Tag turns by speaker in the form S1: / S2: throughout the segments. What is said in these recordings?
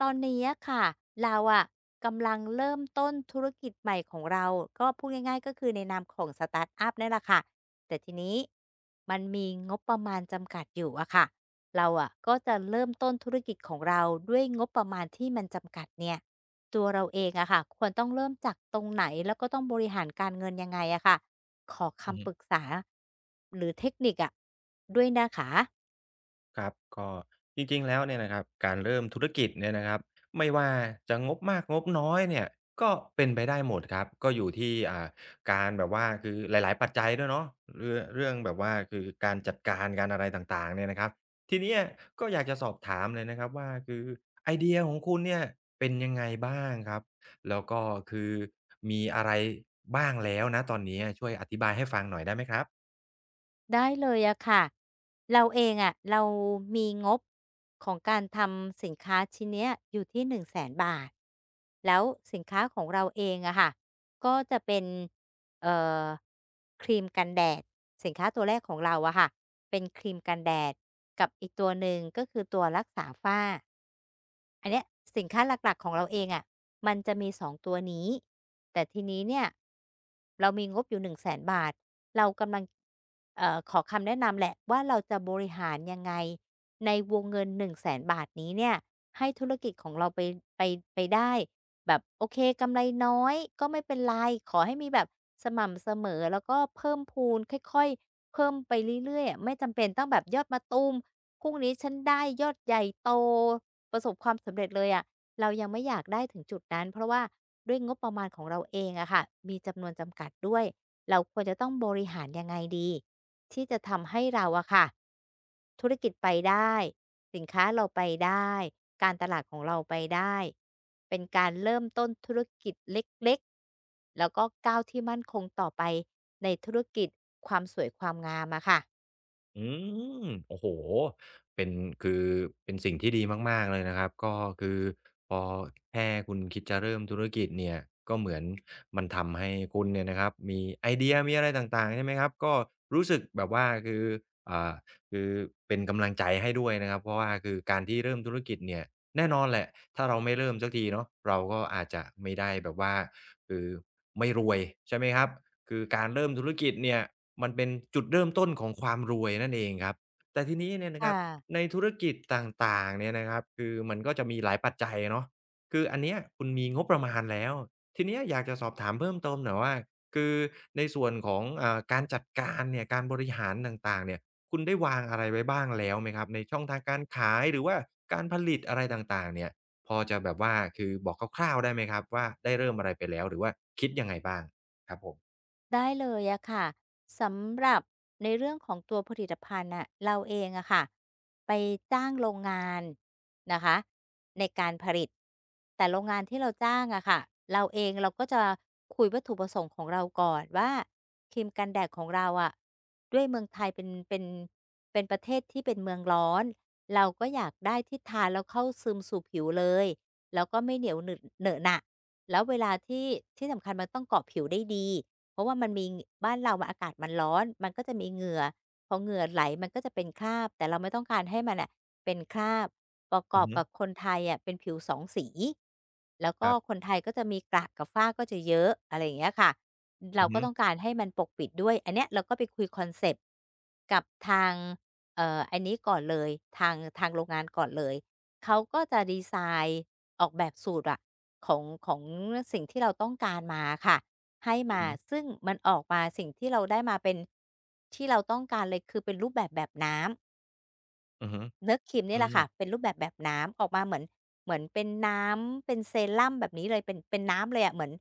S1: ตอนนี้อะค่ะเราอะกำลังเริ่มต้นธุรกิจใหม่ของเราก็พูดง่ายๆก็คือในนามของสตาร์ตอัพนี่แหละค่ะ แต่ทีนี้มันมีงบประมาณจำกัดอยู่อะค่ะเราอะก็จะเริ่มต้นธุรกิจของเราด้วยงบประมาณที่มันจำกัดเนี่ยตัวเราเองอะค่ะควรต้องเริ่มจากตรงไหนแล้วก็ต้องบริหารการเงินยังไงอะค่ะขอ
S2: อือ
S1: คำ
S2: ฮึ
S1: ปรึกษาหรือเทคนิคอะด้วยนะคะ
S2: ครับก็จริงๆแล้วเนี่ยนะครับการเริ่มธุรกิจเนี่ยนะครับไม่ว่าจะงบมากงบน้อยเนี่ยก็เป็นไปได้หมดครับก็อยู่ที่การแบบว่าคือหลายๆปัจจัยด้วยเนาะเรื่องแบบว่าคือการจัดการการอะไรต่างๆเนี่ยนะครับทีเนี้ยก็อยากจะสอบถามเลยนะครับว่าคือไอเดียของคุณเนี่ยเป็นยังไงบ้างครับแล้วก็คือมีอะไรบ้างแล้วณตอนนี้ช่วยอธิบายให้ฟังหน่อยได้ไหมครับ
S1: ได้เลยอะค่ะเราเองอะเรามีงบของการทำสินค้าชิ้นเนี้ยอยู่ที่100,000บาท แล้วสินค้าของเราเองอะค่ะก็จะเป็นเอ่อครีมกันแดดสินค้าตัวแรกของเราอะค่ะเป็นครีมกันแดดกับอีกตัวหนึ่งก็คือตัวรักษาฝ้า อันเนี้ยสินค้าหลักๆของเราเองอะะมันจะมีสองตัวนี้แต่ทีนี้เนี่ยเรามีงบอยู่1่งแ0นบาทเรากำลังขอคำแนะนำแหละว่าเราจะบริหารยังไงในวงเงิน1่งแสนบาทนี้เนี่ยให้ธุรกิจของเราไปไปไปได้แบบโอเคกำไรน้อยก็ไม่เป็นไรขอให้มีแบบสม่ำเสมอแล้วก็เพิ่มพูนค่อยๆเพิ่มไปเรื่อยๆอะไม่จำเป็นต้องแบบยอดมาตูมพรุ่งนี้ฉันได้ยอดใหญ่โต ประสบความสำเร็จเลยอะเรายังไม่อยากได้ถึงจุดนั้นเพราะว่าด้วยงบประมาณของเราเองอะค่ะมีจำนวนจำกัดด้วยเราควรจะต้องบริหารยังไงดีที่จะทำให้เราอะค่ะธุรกิจไปได้สินค้าเราไปได้การตลาดของเราไปได้เป็นการเริ่มต้นธุรกิจเล็กๆแล้วก็ก้าวที่มั่นคงต่อไปในธุรกิจความสวยความงามอะค่ะ
S2: อืมโอ้โฮเป็นคือเป็นสิ่งที่ดีมากๆเลยนะครับก็คือพอแค่คุณคิดจะเริ่มธุรกิจเนี่ยก็เหมือนมันทำให้คุณเนี่ยนะครับมีไอเดียมีอะไรต่างๆใช่ไหมครับก็รู้สึกแบบว่าคืออ่าคือเป็นกำลังใจให้ด้วยนะครับเพราะว่าคือการที่เริ่มธุรกิจเนี่ยแน่นอนแหละถ้าเราไม่เริ่มสักทีเนาะเราก็อาจจะไม่ได้แบบว่าคือไม่รวยใช่ไหมครับ คือการเริ่มธุรกิจเนี่ยมันเป็นจุดเริ่มต้นของความรวยนั่นเองครับแต่ทีนี้เนี่ยนะครั
S1: ค่ะ
S2: บในธุรกิจต่างๆเนี่ยนะครับคือมันก็จะมีหลายปัจจัยเนาะคืออันเนี้ยคุณมีงบประมาณแล้วทีเนี้ยอยากจะสอบถามเพิ่มเติมหน่อยว่าคือในส่วนของการจัดการเนี่ยการบริหารต่างๆเนี่ยคุณได้วางอะไรไว้บ้างแล้วไหมครับในช่องทางการขายหรือว่าการผลิตอะไรต่างๆเนี่ยพอจะแบบว่าคือบอกคร่าวๆได้ไหมครับว่าได้เริ่มอะไรไปแล้วหรือว่าคิดยังไงบ้างครับผม
S1: ได้เลยอะค่ะสำหรับในเรื่องของตัวผลิตภัณฑ์น่ะเราเองอะค่ะไปจ้างโรงงานนะคะในการผลิตแต่โรงงานที่เราจ้างอะค่ะเราเองเราก็จะคุยวัตถุประสงค์ของเราก่อนว่าครีมกันแดดของเราอะด้วยเมืองไทยเป็นเป็นประเทศที่เป็นเมืองร้อนเราก็อยากได้ที่ทานแล้วเข้าซึมสู่ผิวเลยแล้วก็ไม่เหนียวหนึดเหนอะหนะแล้วเวลาที่สำคัญมันต้องเกาะผิวได้ดี เพราะว่ามันมีบ้านเรามันอากาศมันร้อนมันก็จะมีเหงื่อพอเหงื่อไหลมันก็จะเป็นคราบแต่เราไม่ต้องการให้มันน่ะเป็นคราบประก
S2: อื
S1: อ
S2: อ
S1: บ
S2: ฮึ
S1: กับคนไทยอะเป็นผิวสองสีแล้ว
S2: ค
S1: ก็
S2: รั
S1: ค
S2: บ
S1: นไทยก็จะมีกระกับฝ้าก็จะเยอะอะไรอย่างเงี้ยค่ะเรา
S2: อือ
S1: ก็
S2: ฮึ
S1: ต้องการให้มันปกปิดด้วยอันเนี้ยเราก็ไปคุยคอนเซปต์กับทางอันนี้ก่อนเลยทางโรงงานก่อนเลยเขาก็จะดีไซน์ออกแบบสูตรอะของสิ่งที่เราต้องการมาอะค่ะ ให้
S2: อือ
S1: มา
S2: ฮึ
S1: ซึ่งมันออกมาสิ่งที่เราได้มาเป็นที่เราต้องการเลยคือเป็นรูปแบบแบบน้ำ
S2: อือฮึ
S1: เนื้อครีม
S2: อื
S1: เนี่ยแหละ
S2: ม
S1: ค่ะเป็นรูปแบบแบบน้ำออกมาเหมือนเป็นน้ำเป็นเซรั่มแบบนี้เลยเป็นน้ำเลยอะเหมือน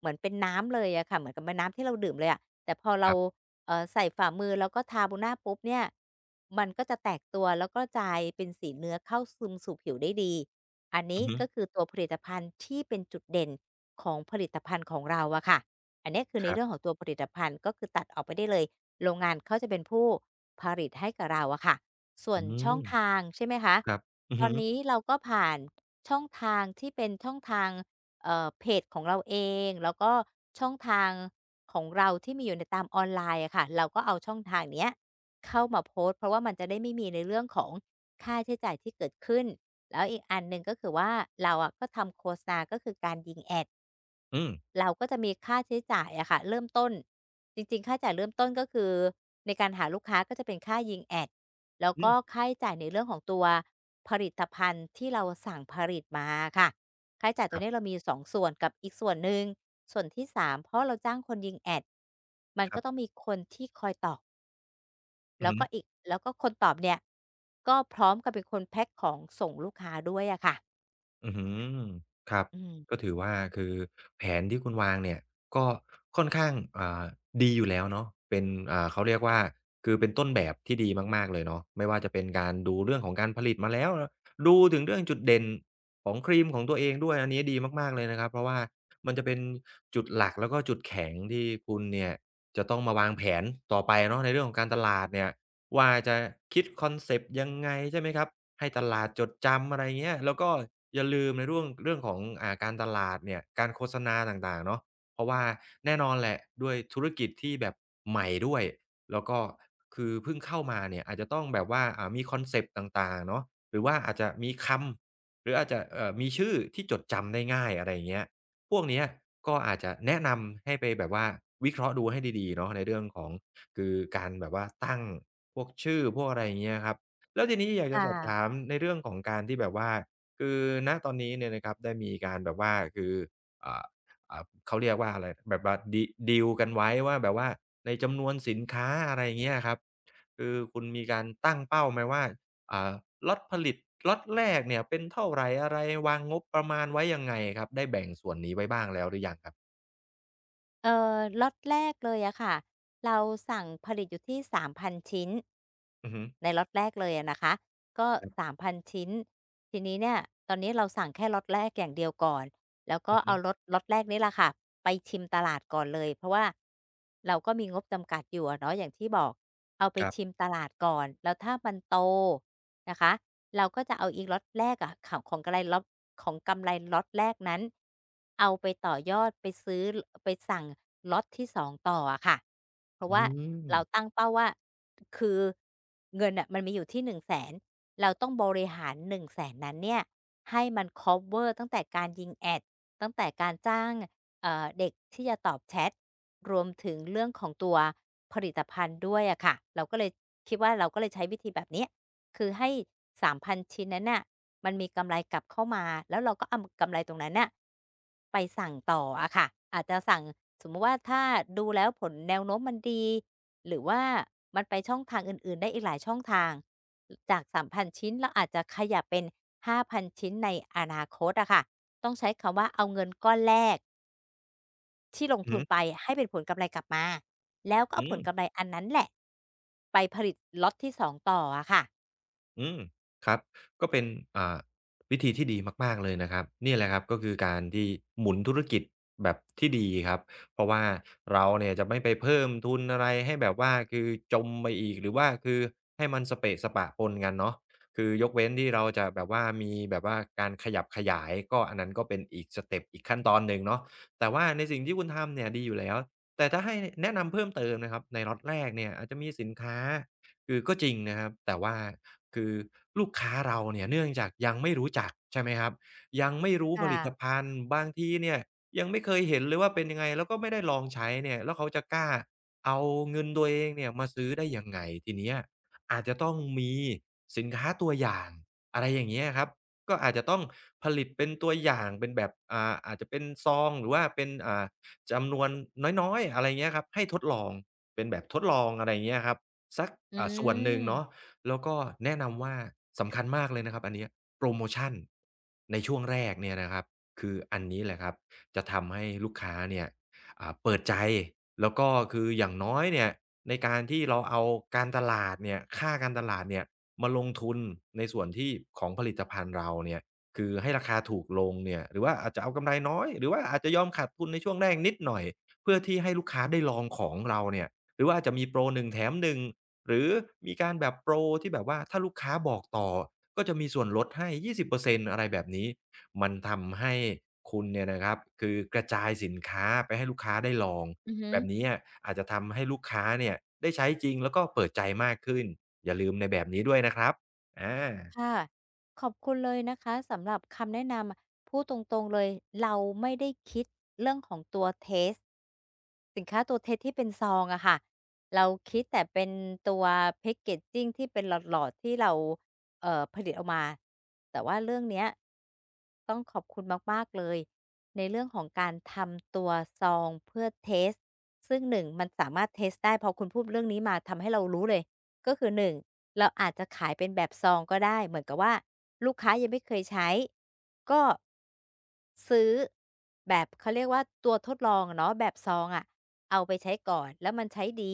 S1: เหมือนเป็นน้ำเลยอะค่ะเหมือนกับเป็นน้ำที่เราดื่มเลยอะแต่พอ
S2: ค
S1: เรา
S2: รับ
S1: ใส่ฝ่ามือแล้วก็ทาบนหน้าปุ๊บเนี่ยมันก็จะแตกตัวแล้วก็กลายเป็นสีเนื้อเข้าซึมสู่ผิวได้ดีอัน
S2: อื
S1: นี้
S2: อฮึ
S1: ก็คือตัวผลิตภัณฑ์ที่เป็นจุดเด่นของผลิตภัณฑ์ของเราอะค่ะอันเนี้ยคือ
S2: ค
S1: ใน
S2: รั
S1: เรื่องขอ
S2: บ
S1: งตัวผลิตภัณฑ์ก็คือตัดออกไปได้เลยโรงงานเขาจะเป็นผู้ผลิตให้กับเราอะค่ะ ส่ว
S2: อื
S1: นช่อง
S2: ม
S1: ทางใช่ไหมคะ
S2: ครับอือ
S1: ตอ
S2: ฮึ
S1: นนี้เราก็ผ่านช่องทางที่เป็นช่องทางเพจของเราเองแล้วก็ช่องทางของเราที่มีอยู่ในตามออนไลน์อะค่ะเราก็เอาช่องทางเนี้ยเข้ามาโพสต์เพราะว่ามันจะได้ไม่มีในเรื่องของค่าใช้จ่ายที่เกิดขึ้นแล้วอีกอันหนึ่งก็คือว่าเราอะก็ทำโฆษณาก็คือการยิง Ad
S2: อืม
S1: เราก็จะมีค่าใช้จ่ายอะค่ะเริ่มต้นจริงๆค่าจ่ายเริ่มต้นก็คือในการหาลูกค้าก็จะเป็นค่ายิงแอดแล้ว
S2: อืม
S1: ก็ค่าใช้จ่ายในเรื่องของตัวผลิตภัณฑ์ที่เราสั่งผลิตมาค่ะค่าใช้จ่าย
S2: ค
S1: ตัว
S2: รั
S1: เนี้ย
S2: บ
S1: เรามีสองส่วนกับอีกส่วนหนึ่งส่วนที่สามเพราะเราจ้างคนยิงแอดมัน
S2: ค
S1: ก็
S2: รั
S1: ต้อง
S2: บ
S1: มีคนที่คอยตอบ
S2: อือ
S1: แล้ว
S2: ฮึ
S1: ก็อีกแล้วก็คนตอบเนี่ยก็พร้อมกับเป็นคนแพ็กของส่งลูกค้าด้วยอะค่ะ
S2: อือหือครับ
S1: อืม
S2: ก็ถือว่าคือแผนที่คุณวางเนี่ยก็ค่อนข้างอ่าดีอยู่แล้วเนาะเป็นเขาเรียกว่าคือเป็นต้นแบบที่ดีมากๆเลยเนาะไม่ว่าจะเป็นการดูเรื่องของการผลิตมาแล้วดูถึงเรื่องจุดเด่นของครีมของตัวเองด้วยอันนี้ดีมากๆเลยนะครับเพราะว่ามันจะเป็นจุดหลักแล้วก็จุดแข็งที่คุณเนี่ยจะต้องมาวางแผนต่อไปเนาะในเรื่องของการตลาดเนี่ย ว่าจะคิดคอนเซปต์ยังไงใช่ไหมครับให้ตลาดจดจำอะไรเงี้ยแล้วก็อย่าลืมในร่วงเรื่องของการตลาดเนี่ยการโฆษณาต่างๆเนาะเพราะว่าแน่นอนแหละด้วยธุรกิจที่แบบใหม่ด้วยแล้วก็คือเพิ่งเข้ามาเนี่ยอาจจะต้องแบบว่ามีคอนเซปต์ต่างๆเนาะหรือว่าอาจจะมีคำหรืออาจจะมีชื่อที่จดจำได้ง่ายอะไรอย่างเงี้ยพวกเนี้ยก็อาจจะแนะนำให้ไปแบบว่าวิเคราะห์ดูให้ดีๆเนาะในเรื่องของคือการแบบว่าตั้ง พวกชื่อพวกอะไรอย่างเงี้ยครับแล้วทีนี้อยากจะ
S1: ค่ะ
S2: สอบถามในเรื่องของการที่แบบว่าคือณตอนนี้เนี่ยนะครับได้มีการแบบว่าคืออ่าเขาเรียกว่าอะไรแบบว่าดีลกันไว้ว่าแบบว่าในจำนวนสินค้าอะไรอย่างเงี้ยครับคือคุณมีการตั้งเป้าไหมว่าอ่าล็อตผลิตล็อตแรกเนี่ยเป็นเท่าไรอะไรวางงบประมาณไว้ยังไงครับได้แบ่งส่วนนี้ไว้บ้างแล้วหรือยังครับ
S1: เอ่ล็อตแรกเลยอะค่ะ เราสั่งผลิตอยู่ที่3,000ชิ้น
S2: อือฮึ
S1: ในล็อตแรกเลยอะนะคะก็
S2: ครั
S1: สา
S2: บ
S1: ม0 0 0ชิ้นทีนี้เนี่ยตอนนี้เราสั่งแค่ล็อตแรกอย่างเดียวก่อนแล้วก็
S2: อือฮึ
S1: เอาล็อตแรกนี่แหละค่ะไปชิมตลาดก่อนเลยเพราะว่าเราก็มีงบจำกัดอยู่อะเนาะอย่างที่บอกเอาไป
S2: ครั
S1: ชิม
S2: บ
S1: ตลาดก่อนแล้วถ้ามันโตนะคะเราก็จะเอาอีกล็อตแรกอะข่าวของกำไรล็อตของกำไรล็อตแรกนั้นเอาไปต่อยอดไปซื้อไปสั่งล็อตที่สองต่ออะค่ะเพราะ
S2: อื
S1: ว่า
S2: ม
S1: เราตั้งเป้าว่า คือเงินอ่ะมันมีอยู่ที่1่งแสนเราต้องบริหาร1ึ่งแสนนั้นเนี่ยให้มันค o v เวอร์ตั้งแต่การยิงแอดตั้งแต่การจ้างเด็กที่จะตอบแชทรวมถึงเรื่องของตัวผลิตภัณฑ์ด้วยอะค่ะเราก็เลยคิดว่าเราก็เลยใช้วิธีแบบเนี้ยคือให้3,000ชิ้นนั้นน่ะมันมีกำไรกลับเข้ามาแล้วเราก็เอากำไรตรงนั้นน่ะไปสั่งต่ออะค่ะอาจจะสั่งสมมุติว่าถ้าดูแล้วผลแนวโน้มมันดี หรือว่ามันไปช่องทางอื่นๆได้อีกหลายช่องทางจาก3,000ชิ้นเราอาจจะขยับเป็น5,000ชิ้นในอนาคตอะค่ะต้องใช้คำว่าเอาเงินก้อนแรกที่ลง
S2: อือ
S1: ทุ
S2: ฮึ
S1: นไปให้เป็นผลกำไรกลับมาแล้วก็เอา
S2: อื
S1: ผล
S2: ม
S1: กำไรอันนั้นแหละไปผลิตล็อตที่2ต่ออะค่ะ
S2: อืมครับก็เป็นอ่าวิธีที่ดีมากๆเลยนะครับนี่แหละครับก็คือการที่หมุนธุรกิจแบบที่ดีครับเพราะว่าเราเนี่ยจะไม่ไปเพิ่มทุนอะไรให้แบบว่าคือจมไปอีกหรือว่าคือให้มันสเปะสปะปนกันเนาะคือยกเว้นที่เราจะแบบว่ามีแบบว่าการขยับขยายก็อันนั้นก็เป็นอีกสเต็ปอีกขั้นตอนหนึ่งเนาะแต่ว่าในสิ่งที่คุณทำเนี่ยดีอยู่แล้วแต่ถ้าให้แนะนำเพิ่มเติมนะครับในล็อตแรกเนี่ยอาจจะมีสินค้า คือก็จริงนะครับแต่ว่าคือลูกค้าเราเนี่ยเนื่องจากยังไม่รู้จักใช่ไหมครับยังไม่รู้
S1: ค
S2: ผลิต
S1: ่ะ
S2: ภัณฑ์บางทีเนี่ยยังไม่เคยเห็นเลยว่าเป็นยังไงแล้วก็ไม่ได้ลองใช้เนี่ยแล้วเขาจะกล้าเอาเงินตัวเองเนี่ยมาซื้อได้ยังไงทีเนี้ยอาจจะต้องมีสินค้าตัวอย่างอะไรอย่างเงี้ยครับก็อาจจะต้องผลิตเป็นตัวอย่างเป็นแบบอาจจะเป็นซองหรือว่าเป็นจำนวนน้อยๆอะไรเงี้ยครับให้ทดลองเป็นแบบทดลองอะไรเงี้ยครับ สัก
S1: อื
S2: ส่วนหนึ่งเนาะ
S1: ม
S2: แล้วก็แนะนำว่าสำคัญมากเลยนะครับอันเนี้ยโพรโมชันในช่วงแรกเนี่ยนะครับคืออันนี้แหละครับจะทำให้ลูกค้าเนี่ยเปิดใจแล้วก็คืออย่างน้อยเนี่ยในการที่เราเอาการตลาดเนี่ยค่าการตลาดเนี่ยมาลงทุนในส่วนที่ของผลิตภัณฑ์เราเนี่ยคือให้ราคาถูกลงเนี่ยหรือว่าอาจจะเอากำไรน้อยหรือว่าอาจจะยอมขาดทุนในช่วงแรกนิดหน่อยเพื่อที่ให้ลูกค้าได้ลองของเราเนี่ยหรือว่าอาจจะมีโพรหนึ่งแถมหนึ่ง หรือมีการแบบโปรที่แบบว่าถ้าลูกค้าบอกต่อก็จะมีส่วนลดให้20%อร์เซ็นต์อะไรแบบนี้มันทำให้คุณเนี่ยนะครับคือกระจายสินค้าไปให้ลูกค้าได้ลอง
S1: อือฮึ
S2: แบบนี้อะอาจจะทำให้ลูกค้าเนี่ยได้ใช้จริงแล้วก็เปิดใจมากขึ้นอย่าลืมในแบบนี้ด้วยนะครับอา
S1: ค่ะขอบคุณเลยนะคะสำหรับคำแนะนำพูดตรงๆเลยเราไม่ได้คิด สินค้าตัวเท็จที่เป็นซองอะค่ะเราคิดแต่เป็นตัว packaging ที่เป็นหลอดๆที่เราผลิตออกมาแต่ว่าเรื่องเนี้ยต้องขอบคุณมากๆเลยในเรื่องของการทำตัวซองเพื่อเทสต์ซึ่ง1มันสามารถเทสต์ได้พอคุณพูดเรื่องนี้มาทำให้เรารู้เลยก็คือ1เราอาจจะขายเป็นแบบซองก็ได้เหมือนกับว่าลูกค้ายังไม่เคยใช้ ก็ซื้อแบบเขาเรียกว่าตัวทดลองอะเนาะแบบซองอะเอาไปใช้ก่อนแล้วมันใช้ดี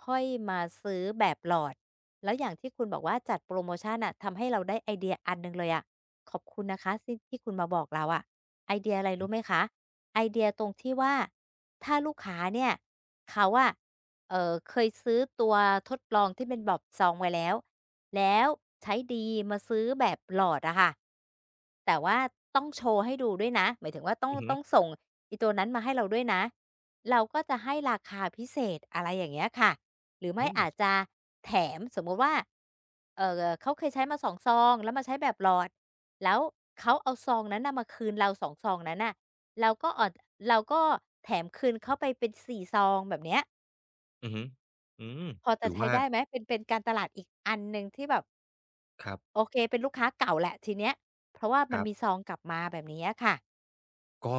S1: ค่อยมาซื้อแบบหลอดแล้วอย่างที่คุณบอกว่าจัดโพรโมชันน่ะทำให้เราได้ไอเดียอันหนึ่งเลยอะขอบคุณนะคะซึ่งที่คุณมาบอกเราอะไอเดียอะไรรู้ไหมคะไอเดียตรงที่ว่าถ้าลูกค้าเนี่ยเขาอะเคยซื้อตัวทดลองที่เป็นแบบซองไว้แล้ว แล้วใช้ดีมาซื้อแบบหลอดอะค่ะแต่ว่าต้องโชว์ให้ดูด้วยนะหมายถึงว่าต้อง
S2: อือฮึ
S1: ต้องส่งอีตัวนั้นมาให้เราด้วยนะเราก็จะให้ราคาพิเศษอะไรอย่างเงี้ยค่ะหรือไม่
S2: อืม
S1: อาจจะแถมสมมุติว่าเออเขาเคยใช้มาสองซองแล้วมาใช้แบบหลอดแล้วเขาเอาซองนั้นนะมาคืนเราสองซองนั้นน่ะเราก็ออดเราก็แถมคืนเขาไปเป็น4ซองแบบเนี้ย
S2: อือฮึอืม
S1: พอจะ
S2: ถือ
S1: ใช้
S2: ว่า
S1: ได้ไหมเป็นการตลาดอีกอันหนึ่งที่แบบ
S2: ครับ
S1: โอเคเป็นลูกค้าเก่าแหละทีเนี้ยเพราะว่า
S2: ค
S1: มัน
S2: รั
S1: มีซ
S2: บ
S1: องกลับมาแบบนี้อะค่ะ
S2: ก็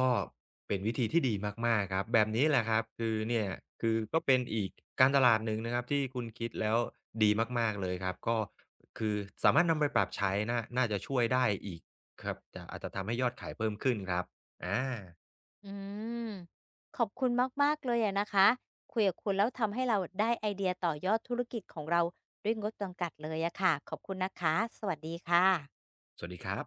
S2: เป็นวิธีที่ดีมากๆครับแบบนี้แหละครับคือเนี่ยคือก็เป็นอีกการตลาดหนึ่งนะครับที่คุณคิดแล้วดีมากๆเลยครับก็คือสามารถนำไปปรับใช้น่าน่าจะช่วยได้อีกครับจะอาจจะทำให้ยอดขายเพิ่มขึ้นครับอา
S1: อืมขอบคุณมากๆเลยอะนะคะคุยกับคุณแล้วทำให้เราได้ไอเดียต่อยอดธุรกิจของเราด้วยงบจำกัดเลยอะค่ะขอบคุณนะคะสวัสดีค่ะ
S2: สวัสดีครับ